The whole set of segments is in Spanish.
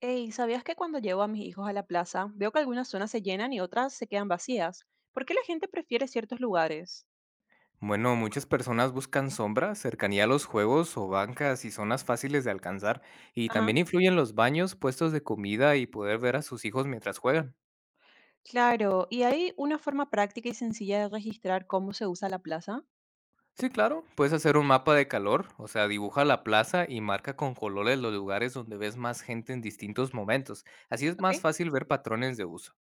Hey, ¿sabías que cuando llevo a mis hijos a la plaza, veo que algunas zonas se llenan y otras se quedan vacías? ¿Por qué la gente prefiere ciertos lugares? Bueno, muchas personas buscan sombras, cercanía a los juegos o bancas y zonas fáciles de alcanzar, y Ajá. también influyen los baños, puestos de comida y poder ver a sus hijos mientras juegan. Claro, y hay una forma práctica y sencilla de registrar cómo se usa la plaza. Sí, claro, puedes hacer un mapa de calor, o sea, dibuja la plaza y marca con colores los lugares donde ves más gente en distintos momentos. Así es más Ok. fácil ver patrones de uso.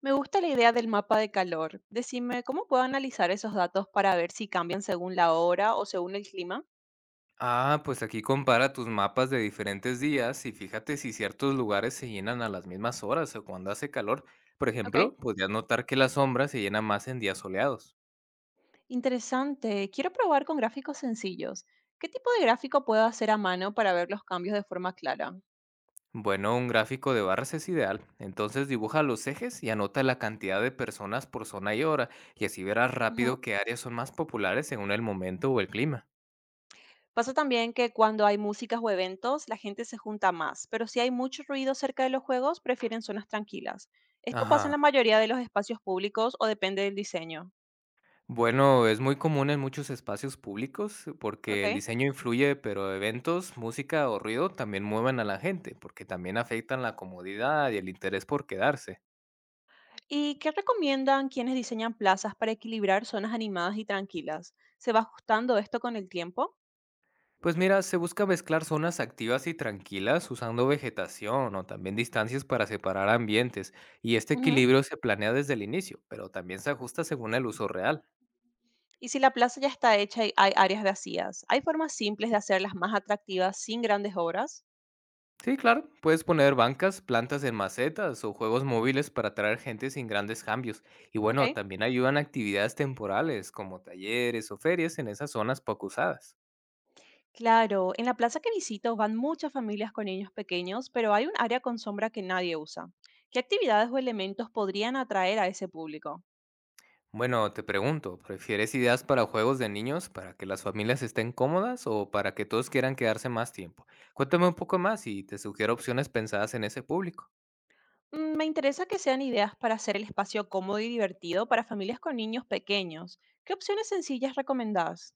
Me gusta la idea del mapa de calor. Decime, ¿cómo puedo analizar esos datos para ver si cambian según la hora o según el clima? Ah, pues aquí compara tus mapas de diferentes días y fíjate si ciertos lugares se llenan a las mismas horas o cuando hace calor. Por Ok. ejemplo, podrías notar que la sombra se llena más en días soleados. Interesante. Quiero probar con gráficos sencillos. ¿Qué tipo de gráfico puedo hacer a mano para ver los cambios de forma clara? Bueno, un gráfico de barras es ideal. Entonces dibuja los ejes y anota la cantidad de personas por zona y hora, y así verás Ujú. rápido qué áreas son más populares según el momento o el clima. Pasa también que cuando hay músicas o eventos, la gente se junta más, pero si hay mucho ruido cerca de los juegos, prefieren zonas tranquilas. Esto pasa Ajá. en la mayoría de los espacios públicos o depende del diseño. Bueno, es muy común en muchos espacios públicos porque Ok. el diseño influye, pero eventos, música o ruido también mueven a la gente, porque también afectan la comodidad y el interés por quedarse. ¿Y qué recomiendan quienes diseñan plazas para equilibrar zonas animadas y tranquilas? ¿Se va ajustando esto con el tiempo? Pues mira, se busca mezclar zonas activas y tranquilas usando vegetación o también distancias para separar ambientes, y este Ujú. equilibrio se planea desde el inicio, pero también se ajusta según el uso real. Y si la plaza ya está hecha y hay áreas vacías, ¿hay formas simples de hacerlas más atractivas sin grandes obras? Sí, claro. Puedes poner bancas, plantas en macetas o juegos móviles para atraer gente sin grandes cambios. Y bueno, Ok. también ayudan actividades temporales como talleres o ferias en esas zonas poco usadas. Claro, en la plaza que visito van muchas familias con niños pequeños, pero hay un área con sombra que nadie usa. ¿Qué actividades o elementos podrían atraer a ese público? Bueno, te pregunto, ¿prefieres ideas para juegos de niños para que las familias estén cómodas o para que todos quieran quedarse más tiempo? Cuéntame un poco más y te sugiero opciones pensadas en ese público. Me interesa que sean ideas para hacer el espacio cómodo y divertido para familias con niños pequeños. ¿Qué opciones sencillas recomendás?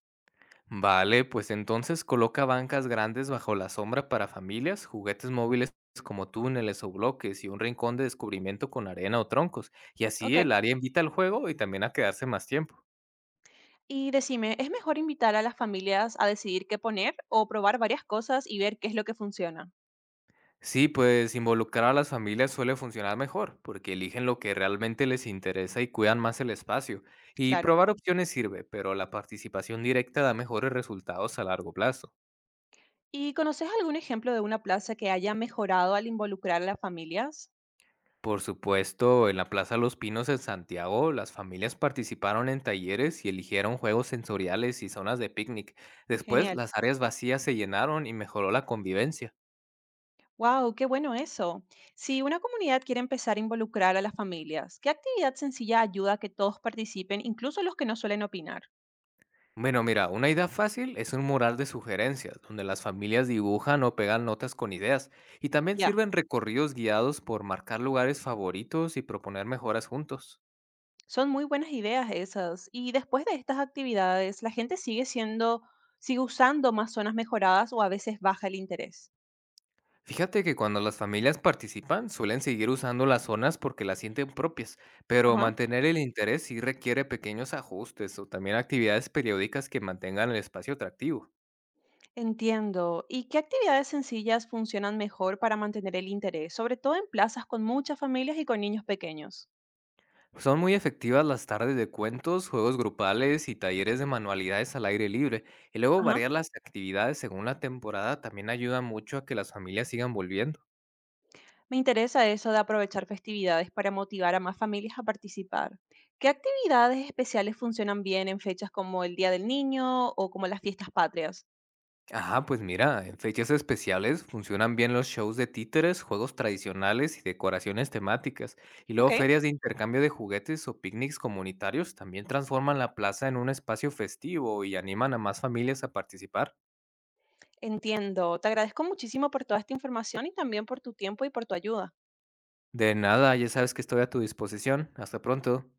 Vale, pues entonces coloca bancas grandes bajo la sombra para familias, juguetes móviles como túneles o bloques y un rincón de descubrimiento con arena o troncos. Y así Ok. el área invita al juego y también a quedarse más tiempo. Y decime, ¿es mejor invitar a las familias a decidir qué poner o probar varias cosas y ver qué es lo que funciona? Sí, pues involucrar a las familias suele funcionar mejor, porque eligen lo que realmente les interesa y cuidan más el espacio. Y Claro. probar opciones sirve, pero la participación directa da mejores resultados a largo plazo. ¿Y conoces algún ejemplo de una plaza que haya mejorado al involucrar a las familias? Por supuesto, en la Plaza Los Pinos en Santiago, las familias participaron en talleres y eligieron juegos sensoriales y zonas de picnic. Después, Genial. las áreas vacías se llenaron y mejoró la convivencia. Wow, qué bueno eso. Si una comunidad quiere empezar a involucrar a las familias, ¿qué actividad sencilla ayuda a que todos participen, incluso los que no suelen opinar? Bueno, mira, una idea fácil es un mural de sugerencias, donde las familias dibujan o pegan notas con ideas, y también Ya, sirven recorridos guiados por marcar lugares favoritos y proponer mejoras juntos. son muy buenas ideas esas. Y después de estas actividades, la gente sigue siendo, sigue usando más zonas mejoradas o a veces baja el interés. Fíjate que cuando las familias participan, suelen seguir usando las zonas porque las sienten propias, pero Ajá, mantener el interés sí requiere pequeños ajustes o también actividades periódicas que mantengan el espacio atractivo. entiendo. ¿Y qué actividades sencillas funcionan mejor para mantener el interés, sobre todo en plazas con muchas familias y con niños pequeños? Son muy efectivas las tardes de cuentos, juegos grupales y talleres de manualidades al aire libre, y luego Ajá. variar las actividades según la temporada también ayuda mucho a que las familias sigan volviendo. Me interesa eso de aprovechar festividades para motivar a más familias a participar. ¿Qué actividades especiales funcionan bien en fechas como el Día del Niño o como las fiestas patrias? Ajá, pues mira, en fechas especiales funcionan bien los shows de títeres, juegos tradicionales y decoraciones temáticas. Y Ok, luego ferias de intercambio de juguetes o picnics comunitarios también transforman la plaza en un espacio festivo y animan a más familias a participar. entiendo. Te agradezco muchísimo por toda esta información y también por tu tiempo y por tu ayuda. De nada, ya sabes que estoy a tu disposición. Hasta pronto.